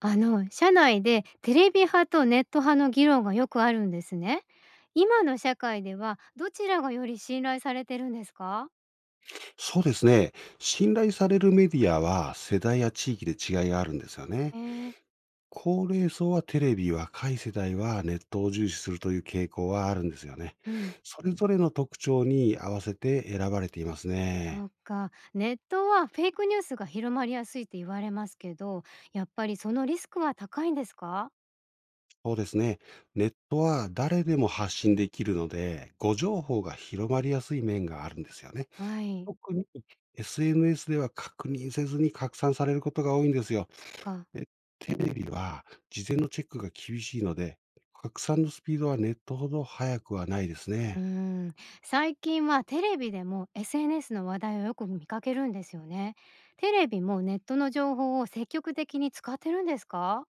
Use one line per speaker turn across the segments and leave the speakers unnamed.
あの社内でテレビ派とネット派の議論がよくあるんですね。今の社会ではどちらがより信頼されてるんですか？
そうですね。信頼されるメディアは世代や地域で違いがあるんですよ
え
ね。
ー、
高齢層はテレビ、若い世代はネットを重視するという傾向はあるんですよね。
うん。
それぞれの特徴に合わせて選ばれています
そ
ね。
っか。ネットはフェイクニュースが広まりやすいって言われますけど、やっぱりそのリスクは高いんですか？
そうですね。ネットは誰でも発信できるので、誤情報が広まりやすい面があるんですよね。
はい。
特に SNS では確認せずに拡散されることが多いんですよ。
そっか。
で、テレビは事前のチェックが厳しいので、拡散のスピードはネットほど速くはないです
うー
ね。
ん。最近はテレビでも SNS の話題をよく見かけるんですよね。テレビもネットの情報を積極的に使ってるんですか？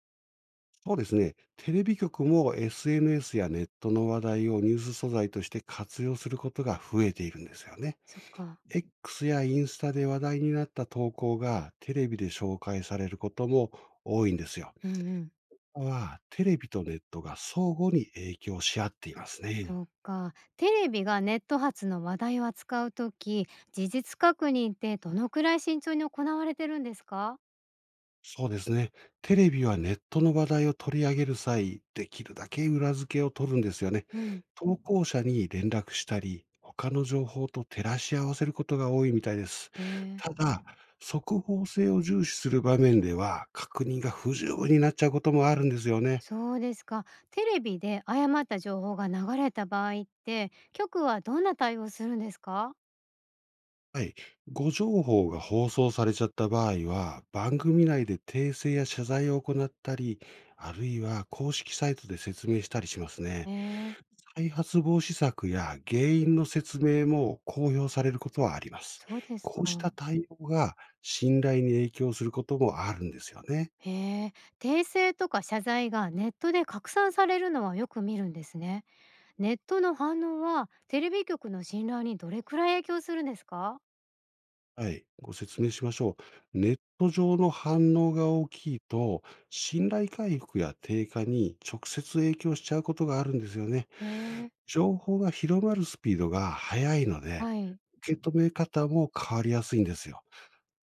そうですね。テレビ局も SNS やネットの話題をニュース素材として活用することが増えているんですよね。
そっか。
X やインスタで話題になった投稿がテレビで紹介されることも多いんですよ。
うんうん。
は、テレビとネットが相互に影響し合っていますね。
そっか。テレビがネット発の話題を扱うとき、事実確認ってどのくらい慎重に行われてるんですか？
そうですね。テレビはネットの話題を取り上げる際、できるだけ裏付けを取るんですよね。
うん。
投稿者に連絡したり、他の情報と照らし合わせることが多いみたいです。
へえー。
ただ、速報性を重視する場面では、確認が不十分になっちゃうこともあるんですよね。
そうですか。テレビで誤った情報が流れた場合って、局はどんな対応するんですか？
はい。誤情報が放送されちゃった場合は、番組内で訂正や謝罪を行ったり、あるいは公式サイトで説明したりします
へ
ね。
えー。
再発防止策や原因の説明も公表されることはあります。
そうです
こうし
か。
た対応が信頼に影響することもあるんですよね。
へえー。訂正とか謝罪がネットで拡散されるのはよく見るんですね。ネットの反応はテレビ局の信頼にどれくらい影響するんですか？
はい、ご説明しましょう。ネット上の反応が大きいと、信頼回復や低下に直接影響しちゃうことがあるんですよね。
へえー。
情報が広まるスピードが速いので、
はい。
受け止め方も変わりやすいんですよ。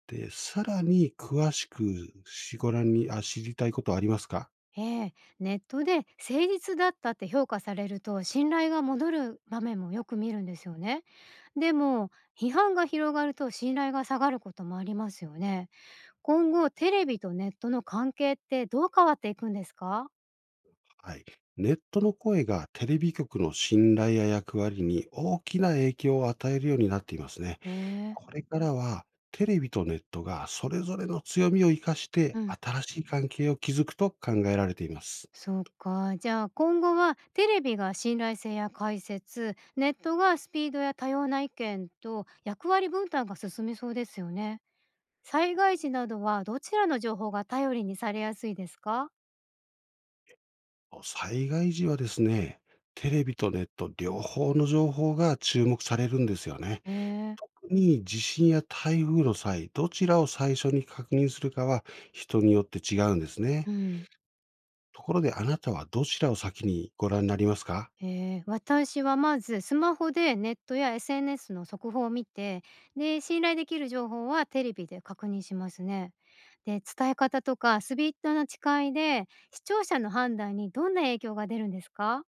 で、さらに詳しくしご覧にあ、知りたいことはありますか？
ええ、ネットで誠実だったって評価されると信頼が戻る場面もよく見るんですよね。でも、批判が広がると信頼が下がることもありますよね。今後テレビとネットの関係ってどう変わっていくんですか？
はい。ネットの声がテレビ局の信頼や役割に大きな影響を与えるようになっていますね。
ええ、
これからはテレビとネットがそれぞれの強みを生かし
う
て
ん。
新しい関係を築くと考えられています。
そうか。じゃあ今後はテレビが信頼性や解説、ネットがスピードや多様な意見と役割分担が進みそうですよね。災害時などはどちらの情報が頼りにされやすいですか？
災害時はですね、テレビとネット両方の情報が注目されるんですよね。
ええ、
特に地震や台風の際、どちらを最初に確認するかは人によって違うんですね。
うん。
ところであなたはどちらを先にご覧になりますか？
え。ええ、私はまずスマホでネットや SNS の速報を見て、で、信頼できる情報はテレビで確認しますね。で、伝え方とかスピードの違いで、視聴者の判断にどんな影響が出るんですか？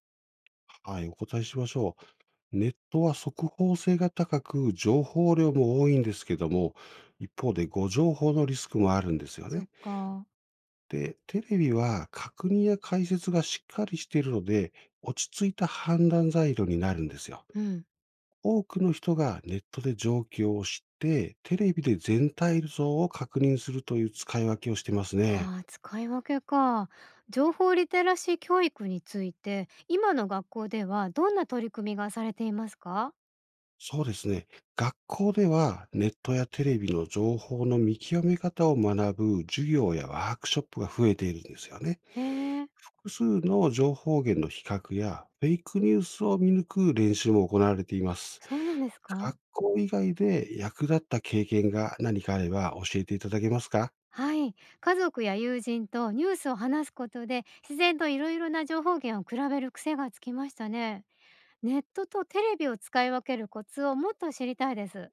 はい、お答えしましょう。ネットは速報性が高く、情報量も多いんですけども、一方で誤情報のリスクもあるんですよ
そっ
ね。
か。
で、テレビは確認や解説がしっかりしているので、落ち着いた判断材料になるんですよ。
うん。
多くの人がネットで状況を知って、テレビで全体像を確認するという使い分けをしてますね。
ああ、使い分けか。情報リテラシー教育について、今の学校ではどんな取り組みがされていますか？
そうですね。学校ではネットやテレビの情報の見極め方を学ぶ授業やワークショップが増えているんですよね。
へえ、
複数の情報源の比較やフェイクニュースを見抜く練習も行われています。
そうなんですか？
学校以外で役立った経験が何かあれば教えていただけますか？
はい。家族や友人とニュースを話すことで、自然といろいろな情報源を比べる癖がつきましたね。ネットとテレビを使い分けるコツをもっと知りたいです。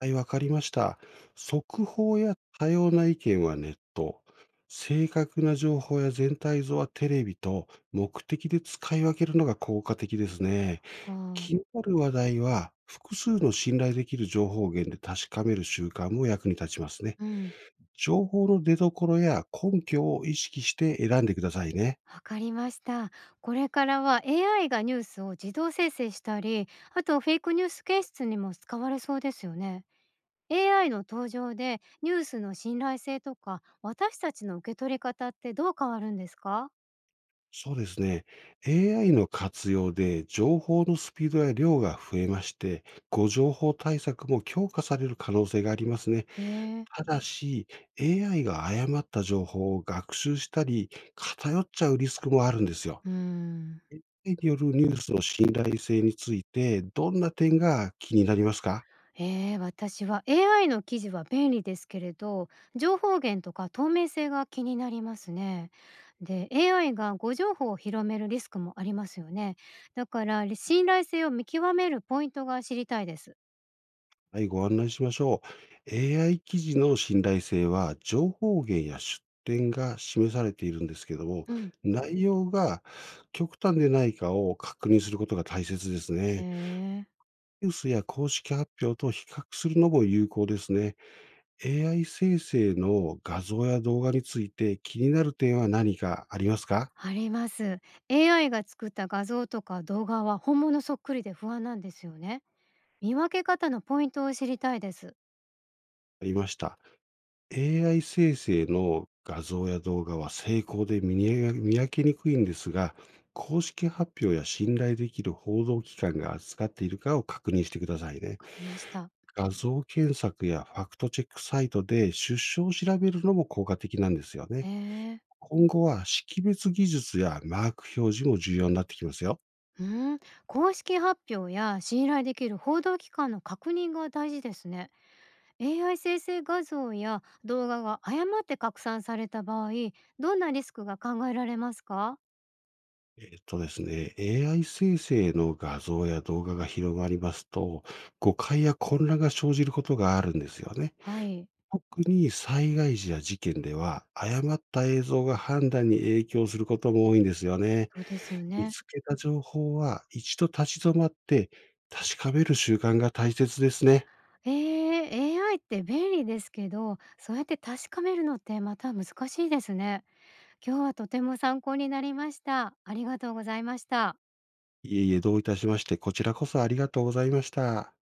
はい、わかりました。速報や多様な意見はネット、正確な情報や全体像はテレビと、目的で使い分けるのが効果的ですね。
こう、
気になる話題は、複数の信頼できる情報源で確かめる習慣も役に立ちますね。
うん。
情報の出所や根拠を意識して選んでくださいね。
わかりました。これからは AI がニュースを自動生成したり、あとフェイクニュース検出にも使われそうですよね。AI の登場でニュースの信頼性とか私たちの受け取り方ってどう変わるんですか？
そうですね。AI の活用で情報のスピードや量が増えまして、誤情報対策も強化される可能性がありますね。
ねえ。
ただし、AI が誤った情報を学習したり、偏っちゃうリスクもあるんですよ。
うん。
AI によるニュースの信頼性について、どんな点が気になりますか？
ええ、私は AI の記事は便利ですけれど、情報源とか透明性が気になりますね。で、AI が誤情報を広めるリスクもありますよね。だから、信頼性を見極めるポイントが知りたいです。
はい、ご案内しましょう。AI 記事の信頼性は、情報源や出典が示されているんですけども、
うん。
内容が極端でないかを確認することが大切です
へ
ね。
えー。
ニュースや公式発表と比較するのも有効ですね。AI 生成の画像や動画について気になる点は何かありますか？
あります。AI が作った画像とか動画は本物そっくりで不安なんですよね。見分け方のポイントを知りたいです。
ありました。AI 生成の画像や動画は成功で見分けにくいんですが、公式発表や信頼できる報道機関が扱っているかを確認してください
わ
ね。
かりました。
画像検索やファクトチェックサイトで出所を調べるのも効果的なんですよね。
ええ。
今後は識別技術やマーク表示も重要になってきますよ。
うーん、公式発表や信頼できる報道機関の確認が大事ですね。AI 生成画像や動画が誤って拡散された場合、どんなリスクが考えられますか？
ですね、AI 生成の画像や動画が広まりますと、誤解や混乱が生じることがあるんですよね。
はい、
特に災害時や事件では、誤った映像が判断に影響することも多いんですよね。
そうですよ
見
ね。
つけた情報は一度立ち止まって確かめる習慣が大切ですね。
えー、AI って便利ですけど、そうやって確かめるのってまた難しいですね。今日はとても参考になりました。ありがとうございました。
いえいえ、どういたしまして、こちらこそありがとうございました。